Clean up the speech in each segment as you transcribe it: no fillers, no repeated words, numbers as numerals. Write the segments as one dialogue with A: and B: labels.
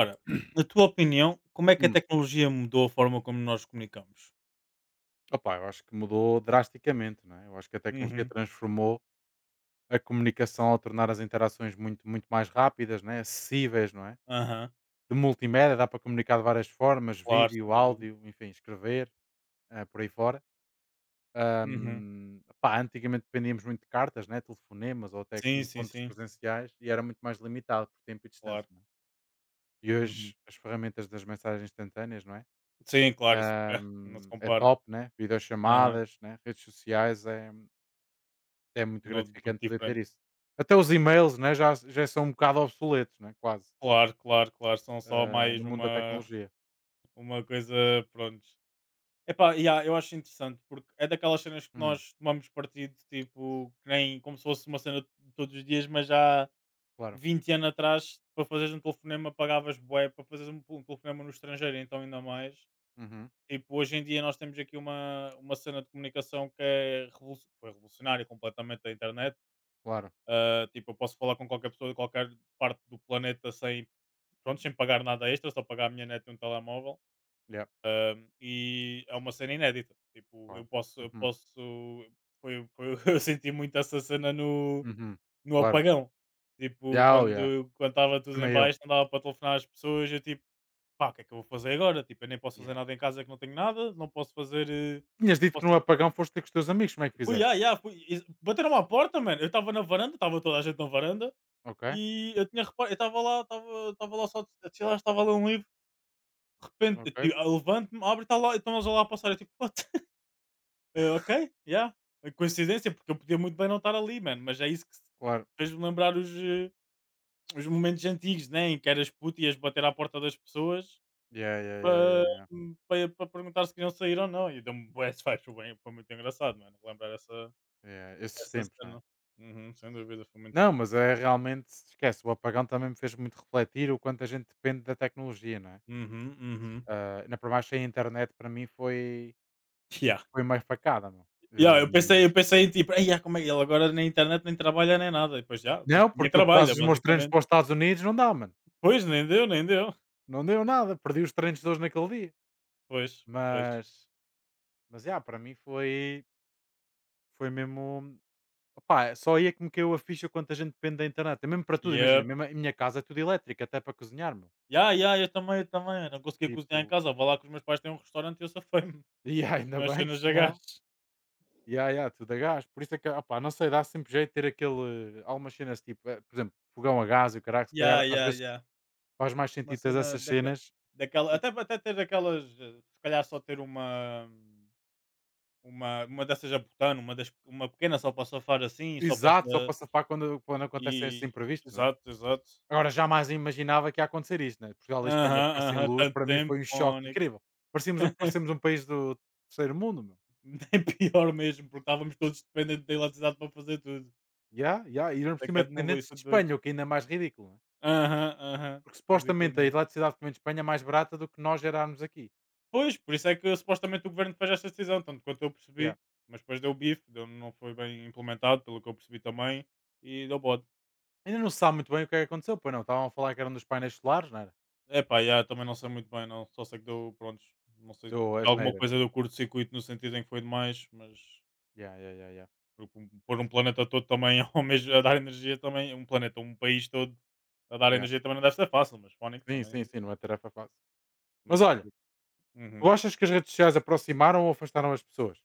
A: Ora, na tua opinião, como é que a
B: Hum.
A: tecnologia mudou a forma como nós comunicamos?
B: Opa, eu acho que mudou drasticamente, não é? Eu acho que a tecnologia
A: Uhum.
B: transformou a comunicação ao tornar as interações muito, muito mais rápidas, né? Acessíveis, não é?
A: Aham,
B: De multimédia, dá para comunicar de várias formas,
A: claro,
B: vídeo,
A: sem dúvida.
B: áudio, enfim, escrever, por aí fora.
A: Uhum.
B: Pá, antigamente dependíamos muito de cartas, né? Telefonemas ou até
A: Sim, sim,
B: encontros
A: sim,
B: presenciais e era muito mais limitado por tempo e distância,
A: claro.
B: não é? E
A: Uhum.
B: hoje as ferramentas das mensagens instantâneas, não é?
A: Sim, claro, isso é, não se
B: É
A: compara.
B: top, né?
A: Aham,
B: Videochamadas, né? Redes sociais, é muito
A: muito
B: gratificante poder ter
A: diferente.
B: isso. Até os e-mails, né, já são um bocado obsoletos, né, quase,
A: Claro, claro, claro, são só mais
B: no mundo da
A: uma,
B: tecnologia.
A: uma coisa, pronto. Epá, yeah, eu acho interessante, porque é daquelas cenas que
B: Hum,
A: nós tomamos partido, tipo, que nem como se fosse uma cena de todos os dias, mas já
B: claro.
A: 20 anos atrás, para fazeres um telefonema, pagavas bué, para fazeres um, telefonema no estrangeiro, então ainda mais.
B: Uhum,
A: Tipo, hoje em dia nós temos aqui uma cena de comunicação que é foi revolucionária completamente a internet.
B: claro.
A: Ah, tipo, eu posso falar com qualquer pessoa de qualquer parte do planeta sem, pronto, sem pagar nada extra, só pagar a minha net e um telemóvel.
B: Yeah,
A: Ah, e é uma cena inédita. Tipo, eu
B: claro.
A: posso, eu
B: Uhum,
A: posso, eu senti muito essa cena no
B: uhum,
A: no
B: claro.
A: apagão. Tipo,
B: Yeah, oh yeah,
A: quando estava tudo em
B: também eu.
A: baixo, não dava para telefonar às pessoas, eu tipo, pá, o que é que eu vou fazer agora? Tipo, eu nem posso fazer
B: Yeah.
A: nada em casa que não tenho nada, não posso fazer,
B: Tinhas
A: não
B: dito que
A: posso
B: no apagão foste ter com os teus amigos, como é que
A: fui,
B: fizeste?
A: yeah, fui e bateram à porta, mano, eu estava na varanda, estava toda a gente na varanda,
B: Ok,
A: e eu tinha repa eu estava lá estava lá só a chilar, estava a ler um livro, de repente, eu
B: ok,
A: tipo, eu levanto-me, abro e está lá estão eles lá a passar, eu tipo: "What?" Ok, yeah, coincidência, porque eu podia muito bem não estar ali, mano, mas é isso que se eh,
B: claro.
A: fez-me lembrar os, os momentos antigos, né? Em que eras puto e ias bater à porta das pessoas
B: Yeah, yeah, yeah, yeah,
A: para,
B: yeah.
A: para perguntar se queriam sair ou não. E deu-me bué de foi muito engraçado, mano, relembrar essa,
B: Yeah, esses
A: essa
B: tempos, não é?
A: cena. Uhum, sem dúvida, foi muito.
B: Não, mas é realmente, esquece, o apagão também me fez muito refletir o quanto a gente depende da tecnologia, não é?
A: Uhum, uhum.
B: Ah, ainda por mais sem internet para mim foi.
A: Yeah.
B: Foi mais facada, meu.
A: Yeah, eu pensei,
B: Hum,
A: eu pensei tipo, "Ei, ah, como é que ele agora na internet nem trabalha nem nada. E depois já, tipo,
B: não,
A: nem
B: porque eu por causa
A: trabalha,
B: dos meus treinos
A: basicamente."
B: para os Estados Unidos não dá, mano.
A: Pois, nem deu, nem deu.
B: Não deu nada, perdi os treinos todos naquele dia.
A: Pois, pois.
B: Mas, mas yeah, para mim foi mesmo. Opá, só aí é que me caiu a ficha quanto a gente depende da internet. É mesmo para
A: E
B: tudo, imagina.
A: yeah.
B: Mesmo a minha casa é tudo elétrica, até para cozinhar, meu.
A: Yeah, yeah, eu também, eu também. Não conseguia cozinhar em
B: Tipo,
A: casa. Vou lá que os meus pais têm um restaurante e eu safei-me.
B: e yeah, ainda
A: Nas
B: bem,
A: cenas de gás.
B: senão. E yeah, yeah, tudo a gás. Por isso é que, opá, não sei, dá sempre jeito de ter aquele. Algumas cenas tipo, por exemplo, fogão a gás e o caralho, se calhar
A: Ya,
B: às
A: ya,
B: vezes
A: ya.
B: faz mais
A: Uma
B: sentido ter
A: cena
B: essas cenas.
A: daquela até ter aquelas, se calhar só ter uma dessas a botano, uma pequena só para safar assim, só para
B: Exato, só
A: sa
B: para safar quando acontecem esses
A: e
B: imprevistos, né?
A: exato, exato.
B: Agora jamais imaginava que ia acontecer isto, né? Portugal e Espanha
A: Aham,
B: ficar sem
A: aham,
B: luz,
A: tanto
B: para mim
A: tempo,
B: foi um choque
A: fónix.
B: incrível. Parecíamos, parecíamos um país do terceiro mundo, meu.
A: Nem pior mesmo, porque estávamos todos dependentes da eletricidade para fazer tudo.
B: Yeah, yeah. E ainda
A: Isso
B: por
A: é que
B: cima
A: é de maluco, isso
B: dependentes
A: é
B: de
A: de doidos.
B: Espanha, o que ainda é mais ridículo, né?
A: Aham, aham.
B: Porque
A: Ridículo
B: supostamente a
A: mesmo.
B: eletricidade que vem de Espanha é mais barata do que nós gerarmos aqui.
A: Pois, por isso é que supostamente o governo fez esta decisão, tanto quanto eu
B: Yeah.
A: percebi, mas depois deu bife, deu, não foi bem implementado, pelo que eu percebi também, e deu bode.
B: Ainda não se sabe muito bem o que é que aconteceu, pois não. Estavam a falar que era um dos painéis solares, não era?
A: É pá, yeah, também não sei muito bem, não, só sei que deu, prontos, não sei,
B: Do
A: alguma
B: asneira, né?
A: coisa deu curto-circuito no sentido em que foi demais, mas
B: Yeah, yeah, yeah, yeah,
A: porque pôr um planeta todo também ao mesmo, a dar energia também, um planeta, um país todo a dar
B: yeah.
A: energia também não deve ser fácil, mas fónico
B: Sim, sim,
A: também,
B: sim, não é tarefa fácil.
A: mas,
B: Mas olha, tu
A: uhum.
B: achas que as redes sociais aproximaram ou afastaram as pessoas?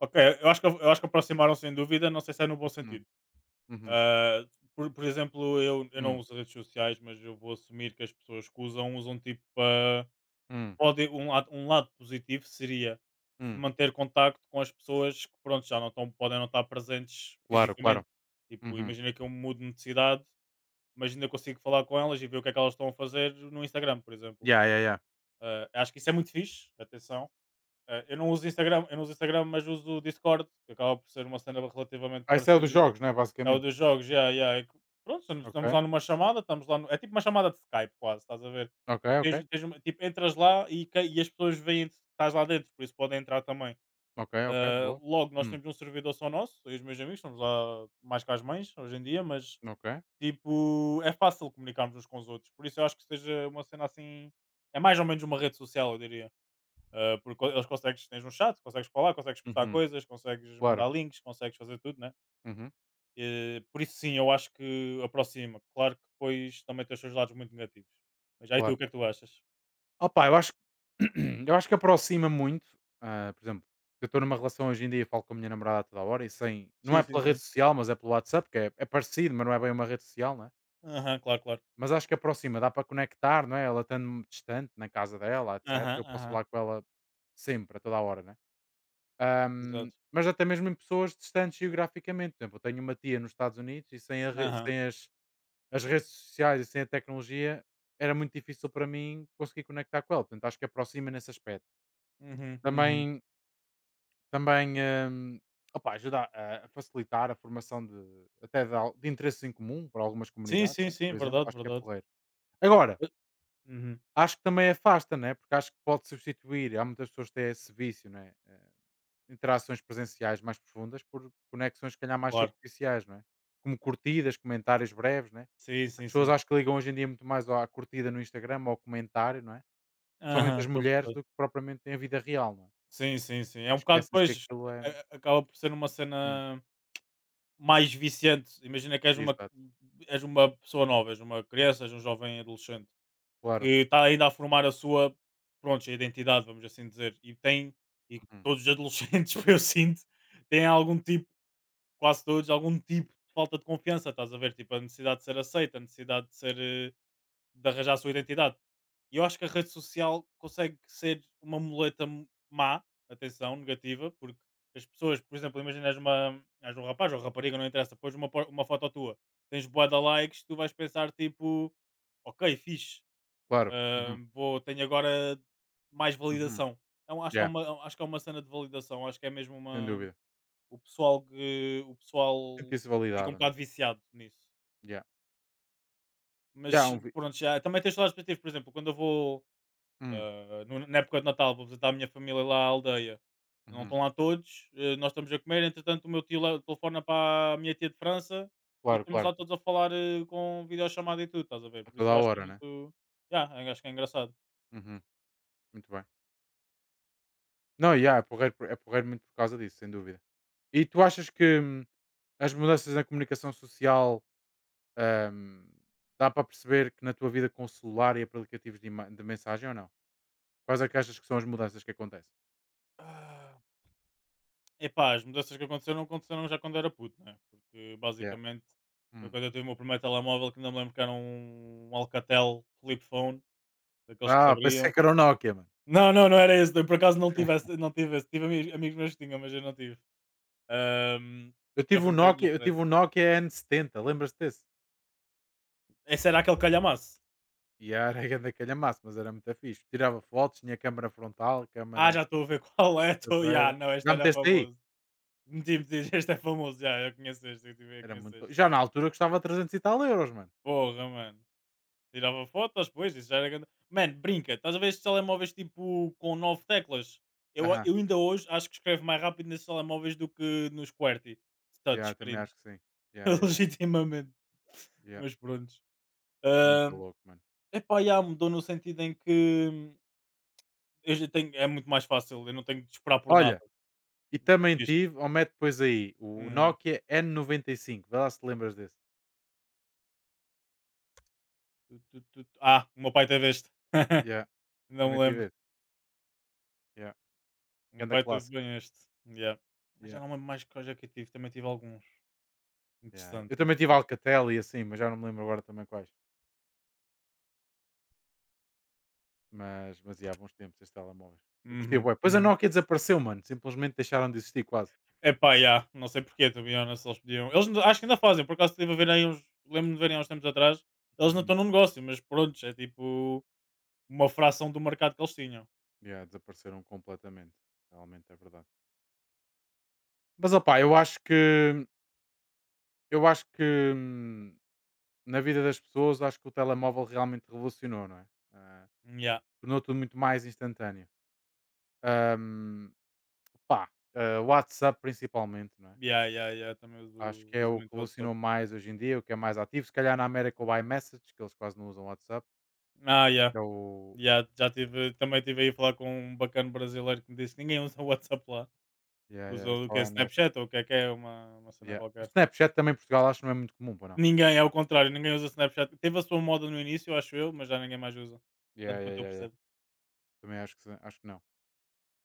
A: Ok, eu acho que aproximaram sem dúvida, não sei se é no bom sentido.
B: Uhum.
A: Ah, por exemplo, eu não
B: Hum,
A: uso redes sociais, mas eu vou assumir que as pessoas que usam, usam tipo para.
B: hum,
A: Um lado positivo seria
B: hum.
A: manter contacto com as pessoas que pronto, já não estão, podem não estar presentes
B: Claro, claro.
A: fisicamente. Tipo,
B: Uhum.
A: imagina que eu mudo de cidade, mas ainda consigo falar com elas e ver o que é que elas estão a fazer no Instagram, por exemplo.
B: Ya, yeah, yeah.
A: Acho que isso é muito fixe, atenção. Eu não uso Instagram, mas uso o Discord, que acaba por ser uma cena relativamente
B: Ah, isso é dos
A: parecida,
B: jogos, né?
A: é o
B: Basicamente.
A: dos jogos, já yeah. É que, pronto, estamos
B: Ok,
A: lá numa chamada, estamos lá no... É tipo uma chamada de Skype quase, estás a ver?
B: ok,
A: E
B: ok.
A: tens tipo, entras lá e, e as pessoas veem que estás lá dentro, por isso podem entrar também.
B: Ok, ok, boa.
A: Logo, nós
B: Hum,
A: temos um servidor só nosso, eu e os meus amigos, estamos lá mais com as mães hoje em dia, mas
B: ok.
A: tipo, é fácil comunicarmos uns com os outros. Por isso eu acho que seja uma cena assim. É mais ou menos uma rede social, eu diria. Porque eles consegues, tens um chat, consegues falar, consegues postar
B: Uhum.
A: coisas, consegues
B: Claro.
A: mandar links, consegues fazer tudo, né?
B: Uhum.
A: Por isso sim, eu acho que aproxima. Claro que depois também tem os seus lados muito negativos. Mas aí tu,
B: Claro.
A: o que é que tu achas?
B: Opa, eu acho que eu acho que aproxima muito, por exemplo, eu estou numa relação hoje em dia e falo com a minha namorada toda hora e sem, não é
A: Sim, sim,
B: pela rede
A: sim.
B: social, mas é pelo WhatsApp, que é, é parecido, mas não é bem uma rede social, né?
A: Aham, claro, claro.
B: Mas acho que aproxima, dá para conectar, não é? Ela estando distante na casa dela, etc.
A: Aham,
B: Eu posso
A: aham.
B: falar com ela sempre, a toda a hora, né?
A: Exato.
B: Mas até mesmo em pessoas distantes geograficamente. Por exemplo, eu tenho uma tia nos Estados Unidos e sem,
A: Aham.
B: sem as redes sociais e sem a tecnologia era muito difícil para mim conseguir conectar com ela. Portanto, acho que aproxima nesse aspecto.
A: Uhum, uhum.
B: Também, também opá, ajuda a facilitar a formação de, até de, de interesses em comum para algumas
A: Sim,
B: comunidades,
A: sim,
B: né?
A: sim,
B: Por exemplo.
A: verdade,
B: Acho que é
A: verdade.
B: porreiro. Agora,
A: Eh, Uhum,
B: acho que também afasta, né? Porque acho que pode substituir. Há muitas pessoas que têm esse vício, né? Interações presenciais mais profundas por conexões, se calhar, mais
A: claro.
B: superficiais, não é? Como curtidas, comentários breves, né?
A: Sim,
B: As
A: sim,
B: pessoas
A: sim.
B: acho que ligam hoje em dia muito mais à curtida no Instagram ou ao comentário, não é? Somente
A: Aham,
B: as
A: estou a
B: mulheres
A: perceber.
B: do que propriamente em vida real, não é?
A: Sim, sim, sim. É um bocado
B: Esquecem-se que
A: depois,
B: aquilo é.
A: acaba por ser uma
B: Hum,
A: cena mais viciante. Imagina que és uma,
B: exato.
A: és uma pessoa nova, és uma criança, és um jovem adolescente.
B: Claro.
A: Que está ainda a formar a sua, pronto, a identidade, vamos assim dizer, e tem, e
B: Uhum,
A: todos os adolescentes, eu sinto, têm algum tipo, quase todos, algum tipo de falta de confiança, estás a ver? Tipo, a necessidade de ser aceita, a necessidade de de arranjar a sua identidade. E eu acho que a rede social consegue ser uma muleta má, atenção, negativa, porque as pessoas, por exemplo, imaginas és um rapaz ou rapariga, não interessa, pões uma foto tua, tens boa de likes, tu vais pensar tipo, ok, fixe,
B: claro. Uhum,
A: tenho agora mais
B: uhum.
A: validação. Então, acho que é
B: Yeah,
A: uma, acho que é uma cena de validação. Acho que é mesmo
B: sem
A: uma.
B: dúvida.
A: O pessoal que. O pessoal
B: Sentir-se
A: fica um
B: validado, não é?
A: bocado viciado nisso.
B: Yeah. Yeah.
A: Mas pronto, já. Também tens todas as perspectivas. Por exemplo, quando eu vou.
B: Hum,
A: Na época de Natal, vou visitar a minha família lá à aldeia. Não
B: uhum.
A: estão lá todos. Nós estamos a comer. Entretanto, o meu tio lá telefona para a minha tia de França. E
B: Claro,
A: estamos
B: claro.
A: lá todos a falar, com videochamada e tudo, estás a ver?
B: A
A: Por isso
B: toda
A: eu
B: a
A: acho que é
B: hora, né?
A: muito. Já acho que é engraçado.
B: Uhum, muito bem. Não, yeah, é, porreiro, é porreiro muito por causa disso, sem dúvida. E tu achas que. As mudanças na comunicação social, ahm, dá para perceber que na tua vida com o celular e aplicativos de, de mensagem ou não? Quais é que achas que são as mudanças que acontecem?
A: Ah, Epá, as mudanças que aconteceram, aconteceram já quando era puto, né? Porque
B: Yeah.
A: basicamente foi
B: Hum.
A: quando eu tive o meu primeiro telemóvel que ainda me lembro que era um Alcatel flip phone, daqueles que se
B: Pensei
A: abriam.
B: que era o Nokia, mano.
A: Não, não, não era esse, eu por acaso não tive esse, não tive esse. Tive amigos meus que tinham, mas eu não tive. Ahm,
B: Eu
A: Já
B: tive
A: foi
B: um
A: um bocadinho à
B: Nokia, eu tive
A: frente.
B: um Nokia N70. Lembras-te desse?
A: Esse era aquele calhamaço.
B: E era grande calhamaço, mas era muito fixe. Tirava fotos, tinha câmara frontal, câmara
A: Já estou a ver qual é, estou. Já,
B: traseira.
A: não, este
B: Já
A: era
B: meteste aí?
A: famoso. Meti-me, este é famoso, já, eu conheço este, eu
B: Era
A: conheço
B: muito.
A: este.
B: Já na altura custava 300 e tal euros, mano.
A: Porra, mano. Tirava fotos, pois, isso já era grande. Mano, brinca, estás a ver estes telemóveis tipo com nove teclas? Eu,
B: Aham.
A: eu ainda hoje acho que escrevo mais rápido nesses telemóveis do que nos QWERTY
B: Yeah, também
A: touchscreen,
B: acho que sim. Yeah, yeah, yeah,
A: legitimamente.
B: yeah.
A: Mas pronto.
B: Muito
A: Ahm,
B: louco, mano.
A: Epá, já mudou no sentido em que eu já tenho, é muito mais fácil, eu não tenho de esperar por nada.
B: Olha, e também
A: Isto.
B: tive, ou mete depois aí, o
A: Uhum.
B: Nokia N95. Vê lá se te lembras desse.
A: Tu. O meu pai teve este.
B: Yeah,
A: Não
B: também
A: me
B: tive
A: lembro.
B: esse. Yeah.
A: O meu
B: Ganda
A: pai teve
B: clássico.
A: bem este. Yeah. Mas
B: Yeah,
A: já não me lembro mais que hoje é que eu tive, também tive alguns.
B: yeah.
A: Interessante,
B: Eu também tive
A: interessante.
B: Alcatel e assim, mas já não me lembro agora também quais. Mas yeah, bons tempos esses telemóveis. Eu curtia
A: Uhum,
B: bué. Pois a
A: uhum.
B: Nokia desapareceu, mano. Simplesmente deixaram de existir quase.
A: Epá, yeah, não sei porquê, to be honest, eles podiam. Acho que ainda fazem, por acaso estive a ver aí uns. Lembro-me de verem há uns tempos atrás. Eles não
B: Uhum.
A: estão no negócio, mas pronto, é tipo uma fração do mercado que eles tinham.
B: Yeah, desapareceram completamente. Realmente é verdade. Mas opá, eu acho que hum, na vida das pessoas acho que o telemóvel realmente revolucionou, não é? Ah,
A: Já,
B: tornou tudo muito mais instantâneo. Ahm, pá, WhatsApp principalmente, não é?
A: já, já, já. Também
B: Acho
A: uso,
B: que é
A: uso
B: o que
A: muito o WhatsApp.
B: evolucionou mais hoje em dia, o que é mais ativo. Se calhar na América o iMessage, que eles quase não usam WhatsApp,
A: Já,
B: que é o.
A: yeah. Já tive, também estive aí a falar com um bacana brasileiro que me disse que ninguém usa o WhatsApp lá.
B: Yeah, yeah,
A: Usa
B: é
A: o que
B: só
A: é
B: iMessage.
A: Snapchat ou o que é, uma cena
B: Yeah. O
A: qualquer.
B: Snapchat também em Portugal acho que não é muito comum, pô, não.
A: Ninguém, é o contrário, ninguém usa Snapchat. Teve a sua moda no início, acho eu, mas já ninguém mais usa.
B: Yeah,
A: Tanto
B: yeah,
A: quanto eu
B: yeah, yeah.
A: percebo.
B: Também acho que, acho que não.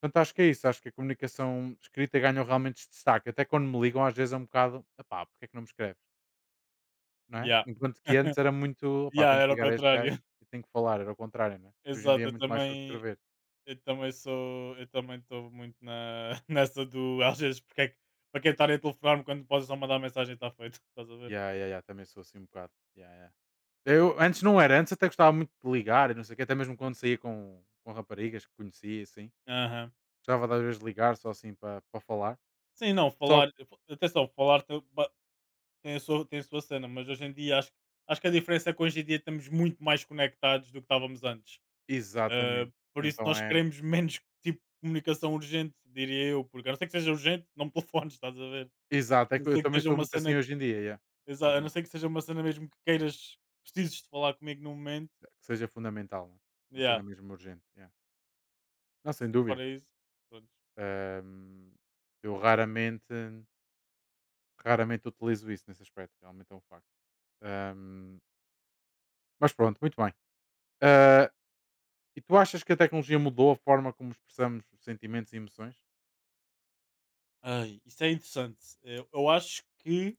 B: Portanto, acho que é isso. Acho que a comunicação escrita ganhou realmente este destaque. Até quando me ligam, às vezes é um bocado, pá, porque é que não me escreves? Não é?
A: Já.
B: Enquanto que antes era muito, pá, tenho
A: Yeah,
B: que
A: era o
B: ligar a este gajo
A: contrário.
B: e tenho que falar. Era o contrário, não é? Hoje em dia é
A: Exato,
B: muito mais sobre escrever.
A: eu também sou, eu também estou muito nessa do às vezes porque é que para quem estar a telefonar-me quando podes só mandar mensagem está feito, estás a ver?
B: Ya, ya, ya, também sou assim um bocado. Ya, ya. Eu antes não era, antes até gostava muito de ligar e não sei o quê, até mesmo quando saía com raparigas que conhecia, e assim.
A: Aham.
B: Gostava de às vezes ligar só assim para falar.
A: Sim, não,
B: Só que,
A: falar, atenção, falar tem, tem a sua cena, mas hoje em dia acho que a diferença é que hoje em dia estamos muito mais conectados do que estávamos antes. Ah,
B: exatamente. E
A: por isso
B: então
A: nós
B: é,
A: queremos menos tipo de comunicação urgente, diria eu, porque a não ser que seja urgente, não me telefones, estás a ver?
B: exato, é
A: A não
B: que eu
A: ser que
B: também
A: seja
B: sou
A: uma
B: muito assim
A: cena.
B: hoje em dia, ya.
A: Exato, a
B: Uhum.
A: não ser que seja uma cena mesmo que queiras, precises de falar comigo num momento.
B: Que seja fundamental, né? Uma cena
A: Yeah,
B: mesmo urgente, ya. Não, sem dúvida.
A: fora isso, pronto.
B: Ahm, eu raramente utilizo isso nesse aspecto, realmente é um facto. Ahm, mas pronto, muito bem. Ah, E tu achas que a tecnologia mudou a forma como expressamos os sentimentos e emoções?
A: Ai, isso é interessante. Eu acho que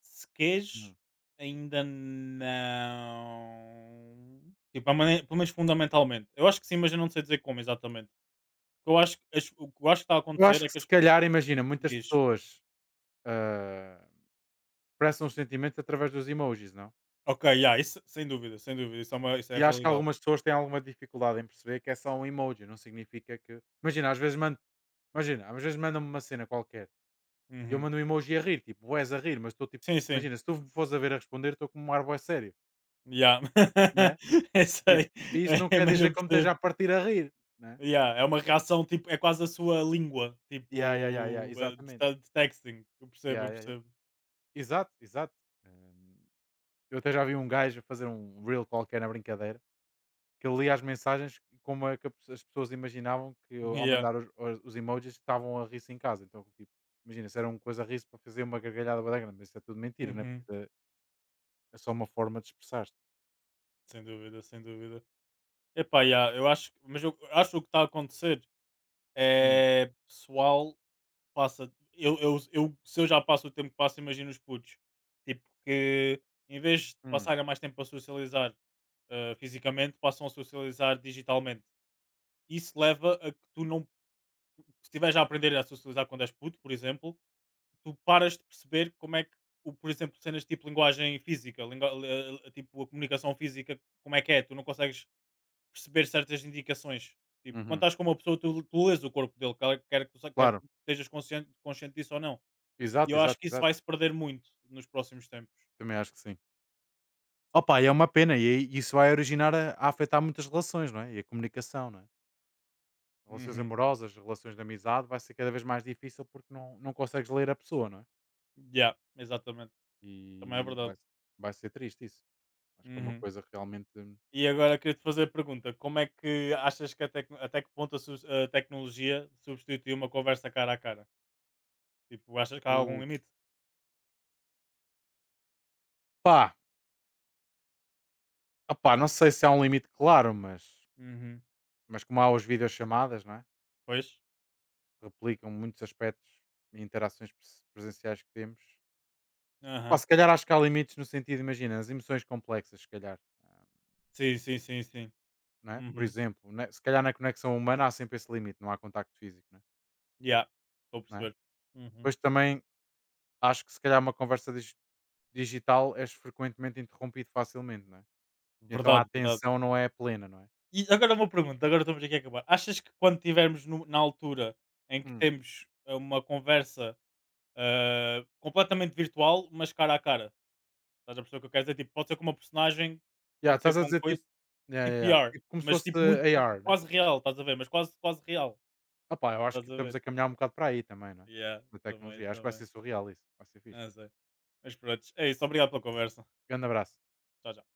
A: se queres,
B: Hum.
A: ainda não. Tipo, pelo menos fundamentalmente. Eu acho que sim, mas eu não sei dizer como exatamente. Eu acho, que o que eu acho que está a
B: Eu
A: acontecer
B: acho
A: é
B: que
A: que
B: se
A: as.
B: calhar, imagina, muitas
A: Diz.
B: pessoas, ah, expressam os sentimentos através dos emojis, não?
A: Ok, yeah, isso sem dúvida, sem dúvida, isso é a
B: E acho que
A: realidade.
B: algumas pessoas têm alguma dificuldade em perceber que é só um emoji, não significa que. Imagina, às vezes mandam-me uma cena qualquer e eu
A: Uhum.
B: mando um emoji a rir, tipo, "Ués" a rir, mas estou tipo,
A: Sim, sim.
B: imagina, se tu me fores a ver a responder, estou com um ar bué sério,
A: Yeah.
B: não é?
A: Eu
B: Tipo,
A: sei,
B: e isso não
A: é,
B: quer
A: mas eu
B: dizer que eu me esteja
A: percebo.
B: a partir a rir, não é?
A: Yeah, é uma reação, tipo, é quase a sua língua,
B: Ya, ya, ya, ya,
A: tipo,
B: exatamente.
A: de texting. Eu percebo,
B: Ya,
A: eu
B: ya, ya.
A: percebo.
B: Exato, exato. Hum, eu até já vi um gajo fazer um reel qualquer na brincadeira, que ele lia as mensagens como é que as pessoas imaginavam que eu, ao
A: Yeah.
B: mandar os emojis estavam a rir-se em casa. Então, tipo, imagina, se era uma coisa a rir-se para fazer uma gargalhada bué da grande, mas isso é tudo mentira, né?
A: Uhum.
B: Porque é, é só uma forma de expressar te.
A: Sem dúvida, sem dúvida. Epá, yeah, eu acho, mas eu acho que o que está a acontecer
B: Hum,
A: é pessoal passa. Se eu já passo o tempo que passo, imagino os putos. Tipo, que em vez de
B: hum,
A: passarem mais tempo a socializar, fisicamente, passam a socializar digitalmente. Isso leva a que tu não, se estiveres a aprender a socializar quando és puto, por exemplo, tu paras de perceber como é que, o, por exemplo, cenas tipo linguagem física, tipo a comunicação física, como é que é? Tu não consegues perceber certas indicações. Tipo, quando
B: uhum.
A: estás com uma pessoa, tu lês o corpo dele, quer que
B: Claro,
A: tu estejas consciente, consciente disso ou não. E
B: exato,
A: eu acho
B: exato,
A: que isso
B: exato.
A: vai se perder muito nos próximos tempos.
B: Também acho que sim. Opa, e é uma pena, e aí isso vai originar a afetar muitas relações, não é? E a comunicação, não é? Relações
A: Uhum.
B: amorosas, relações de amizade, vai ser cada vez mais difícil porque não, não consegues ler a pessoa, não é?
A: Yeah, exatamente. Também é
B: E
A: verdade.
B: vai ser triste isso. Acho que é uma
A: Uhum.
B: coisa realmente.
A: E agora queria te fazer a pergunta: como é que achas que até que ponto a tecnologia substitui uma conversa cara a cara? Tipo, achas que há algum
B: Uh,
A: limite?
B: pá, opá, não sei se há um limite claro, mas,
A: Uhum.
B: como há os videochamadas, não é?
A: Pois.
B: Replicam muitos aspectos e interações presenciais que temos. Pá,
A: Aham.
B: se calhar acho que há limites no sentido, imagina, as emoções complexas, se calhar. ah,
A: Sim, sim, sim, sim.
B: Não é? Por
A: Uhum.
B: exemplo, né? Se calhar na conexão humana há sempre esse limite, não há contacto físico, não é?
A: Yeah. Estou a
B: Não é?
A: perceber. Uhum.
B: Depois também acho que se calhar uma conversa digital és frequentemente interrompido facilmente, não é? Então a
A: Verdade, verdade.
B: atenção não é plena, não é?
A: E agora uma pergunta, agora estamos aqui a acabar. Achas que quando estivermos na altura em que
B: Hum.
A: temos, uma conversa, completamente virtual, mas cara a cara, estás a perceber o que eu quero dizer? Tipo, pode ser com uma personagem,
B: Yeah,
A: pode ser
B: estás a
A: com
B: dizer tipo,
A: coisa,
B: yeah,
A: tipo
B: yeah, yeah.
A: VR,
B: Tipo como se
A: mas
B: fosse
A: tipo muito,
B: AR, né?
A: quase real, estás a ver? Mas quase, quase real,
B: Opá, eu acho
A: estás
B: que
A: a
B: estamos
A: ver?
B: a caminhar um bocado para aí também, não é?
A: Yeah,
B: Da
A: também,
B: tecnologia. Acho que vai
A: também.
B: ser surreal isso. Vai ser fixe.
A: Não sei. Mas pronto, é isso. Obrigado pela conversa.
B: Grande abraço.
A: Tchau, tchau.